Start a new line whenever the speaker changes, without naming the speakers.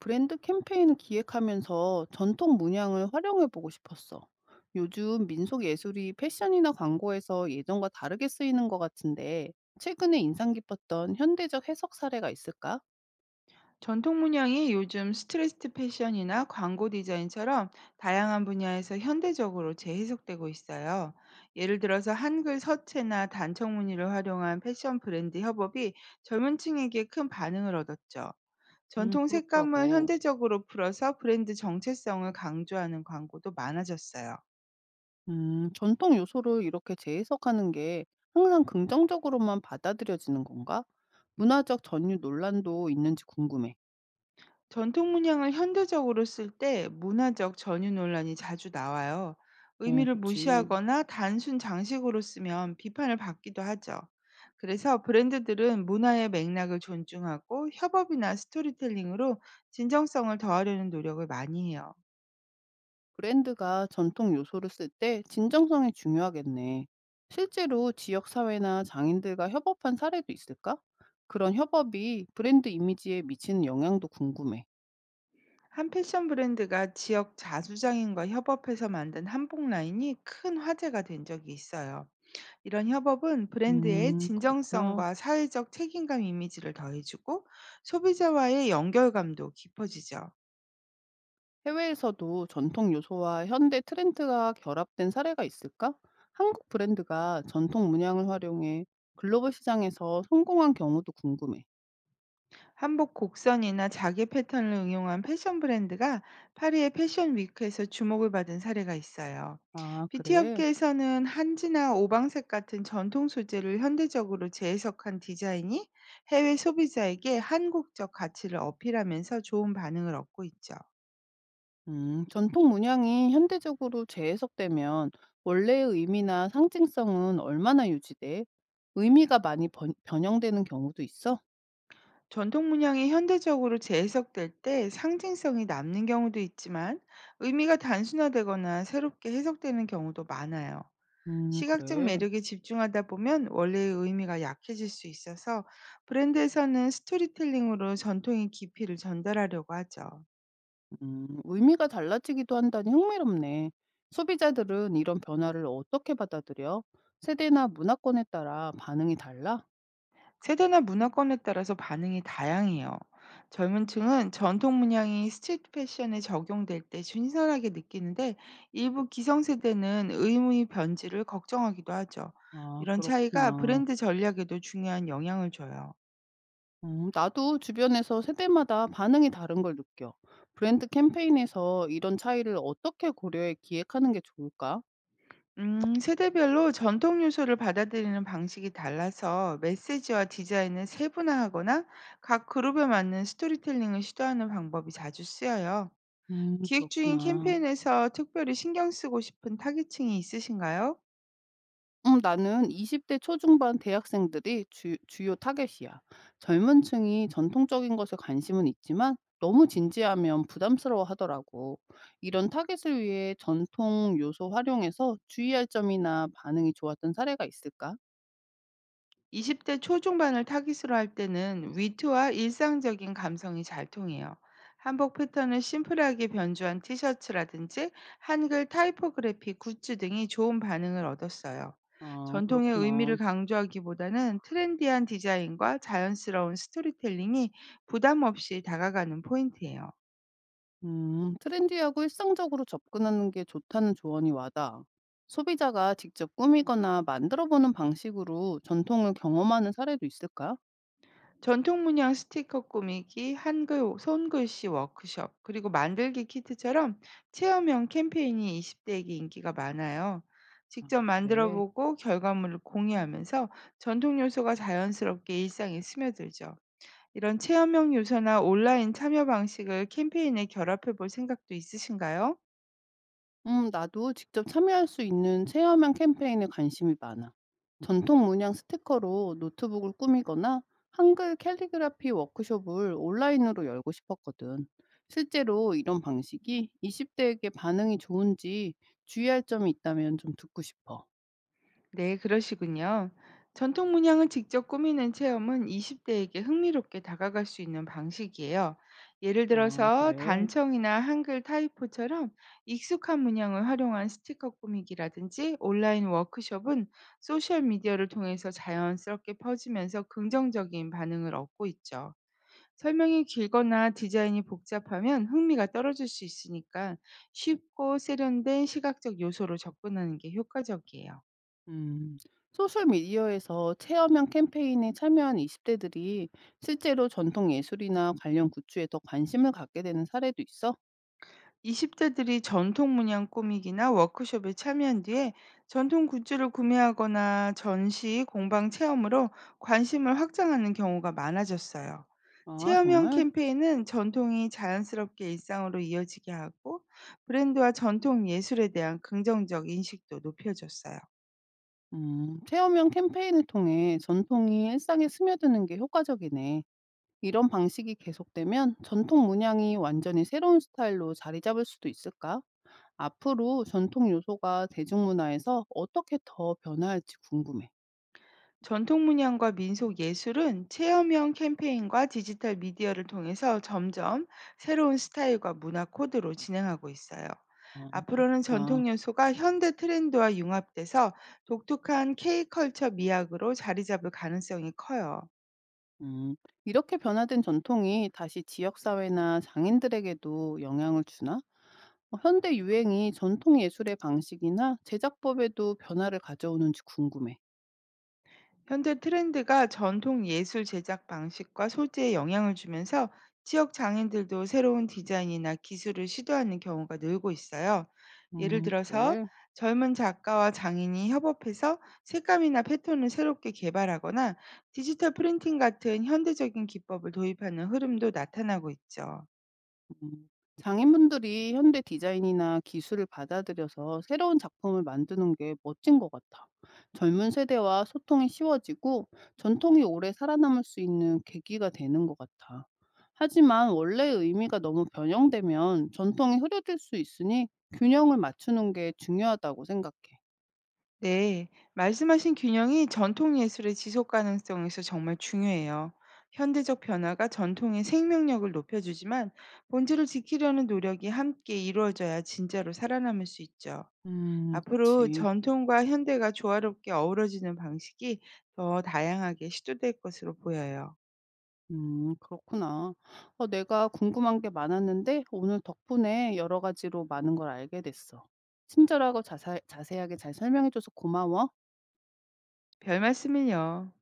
브랜드 캠페인을 기획하면서 전통 문양을 활용해 보고 싶었어. 요즘 민속 예술이 패션이나 광고에서 예전과 다르게 쓰이는 것 같은데, 최근에 인상 깊었던 현대적 해석 사례가 있을까?
전통 문양이 요즘 스트리트 패션이나 광고 디자인처럼 다양한 분야에서 현대적으로 재해석되고 있어요. 예를 들어서 한글 서체나 단청 무늬를 활용한 패션 브랜드 협업이 젊은 층에게 큰 반응을 얻었죠. 전통 색감을
그렇더라고.
현대적으로 풀어서 브랜드 정체성을 강조하는 광고도 많아졌어요.
전통 요소를 이렇게 재해석하는 게 항상 긍정적으로만 받아들여지는 건가? 문화적 전유 논란도 있는지 궁금해.
전통 문양을 현대적으로 쓸 때 문화적 전유 논란이 자주 나와요.
어,
의미를
그치.
무시하거나 단순 장식으로 쓰면 비판을 받기도 하죠. 그래서 브랜드들은 문화의 맥락을 존중하고 협업이나 스토리텔링으로 진정성을 더하려는 노력을 많이 해요.
브랜드가 전통 요소를 쓸 때 진정성이 중요하겠네. 실제로 지역 사회나 장인들과 협업한 사례도 있을까? 그런 협업이 브랜드 이미지에 미치는 영향도 궁금해.
한 패션 브랜드가 지역 자수장인과 협업해서 만든 한복 라인이 큰 화제가 된 적이 있어요. 이런 협업은 브랜드의
그렇구나.
진정성과 사회적 책임감 이미지를 더해주고, 소비자와의 연결감도 깊어지죠.
해외에서도 전통 요소와 현대 트렌드가 결합된 사례가 있을까? 한국 브랜드가 전통 문양을 활용해 글로벌 시장에서 성공한 경우도 궁금해.
한복 곡선이나 자개 패턴을 응용한 패션 브랜드가 파리의 패션 위크에서 주목을 받은 사례가 있어요.
아,
뷰티
그래?
업계에서는 한지나 오방색 같은 전통 소재를 현대적으로 재해석한 디자인이 해외 소비자에게 한국적 가치를 어필하면서 좋은 반응을 얻고 있죠.
전통 문양이 현대적으로 재해석되면 원래의 의미나 상징성은 얼마나 유지돼? 의미가 변형되는 경우도 있어?
전통 문양이 현대적으로 재해석될 때 상징성이 남는 경우도 있지만, 의미가 단순화되거나 새롭게 해석되는 경우도 많아요. 시각적
그래.
매력에 집중하다 보면 원래의 의미가 약해질 수 있어서, 브랜드에서는 스토리텔링으로 전통의 깊이를 전달하려고 하죠.
의미가 달라지기도 한다니 흥미롭네. 소비자들은 이런 변화를 어떻게 받아들여? 세대나 문화권에 따라 반응이 달라?
세대나 문화권에 따라서 반응이 다양해요. 젊은 층은 전통 문양이 스트리트 패션에 적용될 때 신선하게 느끼는데, 일부 기성세대는 의무의 변질을 걱정하기도 하죠.
아,
이런 차이가
그렇구나.
브랜드 전략에도 중요한 영향을 줘요.
나도 주변에서 세대마다 반응이 다른 걸 느껴. 브랜드 캠페인에서 이런 차이를 어떻게 고려해 기획하는 게 좋을까?
세대별로 전통 요소를 받아들이는 방식이 달라서, 메시지와 디자인을 세분화하거나 각 그룹에 맞는 스토리텔링을 시도하는 방법이 자주 쓰여요. 기획 중인
그렇구나.
캠페인에서 특별히 신경 쓰고 싶은 타깃층이 있으신가요?
나는 20대 초중반 대학생들이 주 주요 타겟이야. 젊은 층이 전통적인 것에 관심은 있지만 너무 진지하면 부담스러워하더라고. 이런 타겟을 위해 전통 요소 활용해서 주의할 점이나 반응이 좋았던 사례가 있을까?
20대 초중반을 타깃으로 할 때는 위트와 일상적인 감성이 잘 통해요. 한복 패턴을 심플하게 변주한 티셔츠라든지 한글 타이포그래피 굿즈 등이 좋은 반응을 얻었어요. 전통의 의미를
그렇구나.
강조하기보다는 트렌디한 디자인과 자연스러운 스토리텔링이 부담 없이 다가가는 포인트예요.
트렌디하고 일상적으로 접근하는 게 좋다는 조언이 와닿아. 소비자가 직접 꾸미거나 만들어 보는 방식으로 전통을 경험하는 사례도 있을까?
전통 문양 스티커 꾸미기, 한글 손글씨 워크숍, 그리고 만들기 키트처럼 체험형 캠페인이 20대에게 인기가 많아요.
아
직접 만들어
그래.
보고 결과물을 공유하면서 전통 요소가 자연스럽게 일상에 스며들죠. 이런 체험형 요소나 온라인 참여 방식을 캠페인에 결합해 볼 생각도 있으신가요?
나도 직접 참여할 수 있는 체험형 캠페인에 관심이 많아. 전통 문양 스티커로 노트북을 꾸미거나 한글 캘리그라피 워크숍을 온라인으로 열고 싶었거든. 실제로 이런 방식이 20대에게 반응이 좋은지 주의할 점이 있다면 좀 듣고 싶어.
네, 그러시군요. 전통 문양을 직접 꾸미는 체험은 20대에게 흥미롭게 다가갈 수 있는 방식이에요. 예를
아,
들어서
그래.
단청이나 한글 타이포처럼 익숙한 문양을 활용한 스티커 꾸미기라든지 온라인 워크숍은 소셜미디어를 통해서 자연스럽게 퍼지면서 긍정적인 반응을 얻고 있죠. 설명이 길거나 디자인이 복잡하면 흥미가 떨어질 수 있으니까, 쉽고 세련된 시각적 요소로 접근하는 게 효과적이에요.
음. 소셜미디어에서 체험형 캠페인에 참여한 20대들이 실제로 전통 예술이나 관련 굿즈에 더 관심을 갖게 되는 사례도 있어?
20 대들이 전통 문양 꾸미기나 워크숍에 참여한 뒤에 전통 굿즈를 구매하거나 전시, 공방 체험으로 관심을 확장하는 경우가 많아졌어요.
아,
체험형
정말?
캠페인은 전통이 자연스럽게 일상으로 이어지게 하고, 브랜드와 전통 예술에 대한 긍정적 인식도 높여줬어요.
체험형 캠페인을 통해 전통이 일상에 스며드는 게 효과적이네. 이런 방식이 계속되면 전통 문양이 완전히 새로운 스타일로 자리 잡을 수도 있을까? 앞으로 전통 요소가 대중문화에서 어떻게 더 변화할지 궁금해.
전통 문양과 민속 예술은 체험형 캠페인과 디지털 미디어를 통해서 점점 새로운 스타일과 문화 코드로 진행하고 있어요.
아,
앞으로는
그렇구나.
전통 요소가 현대 트렌드와 융합돼서 독특한 K컬처 미학으로 자리 잡을 가능성이 커요.
음, 이렇게 변화된 전통이 다시 지역사회나 장인들에게도 영향을 주나? 어, 현대 유행이 전통 예술의 방식이나 제작법에도 변화를 가져오는지 궁금해.
현대 트렌드가 전통 예술 제작 방식과 소재에 영향을 주면서 지역 장인들도 새로운 디자인이나 기술을 시도하는 경우가 늘고 있어요. 예를 들어서
그래.
젊은 작가와 장인이 협업해서 색감이나 패턴을 새롭게 개발하거나, 디지털 프린팅 같은 현대적인 기법을 도입하는 흐름도 나타나고 있죠.
음. 장인분들이 현대 디자인이나 기술을 받아들여서 새로운 작품을 만드는 게 멋진 것 같아. 젊은 세대와 소통이 쉬워지고 전통이 오래 살아남을 수 있는 계기가 되는 것 같아. 하지만 원래의 의미가 너무 변형되면 전통이 흐려질 수 있으니 균형을 맞추는 게 중요하다고 생각해.
네, 말씀하신 균형이 전통 예술의 지속 가능성에서 정말 중요해요. 현대적 변화가 전통의 생명력을 높여주지만, 본질을 지키려는 노력이 함께 이루어져야 진짜로 살아남을 수 있죠. 앞으로
그치.
전통과 현대가 조화롭게 어우러지는 방식이 더 다양하게 시도될 것으로 보여요.
그렇구나. 내가 궁금한 게 많았는데 오늘 덕분에 여러 가지로 많은 걸 알게 됐어. 친절하고 자세하게 잘 설명해 줘서 고마워.
별 말씀을요.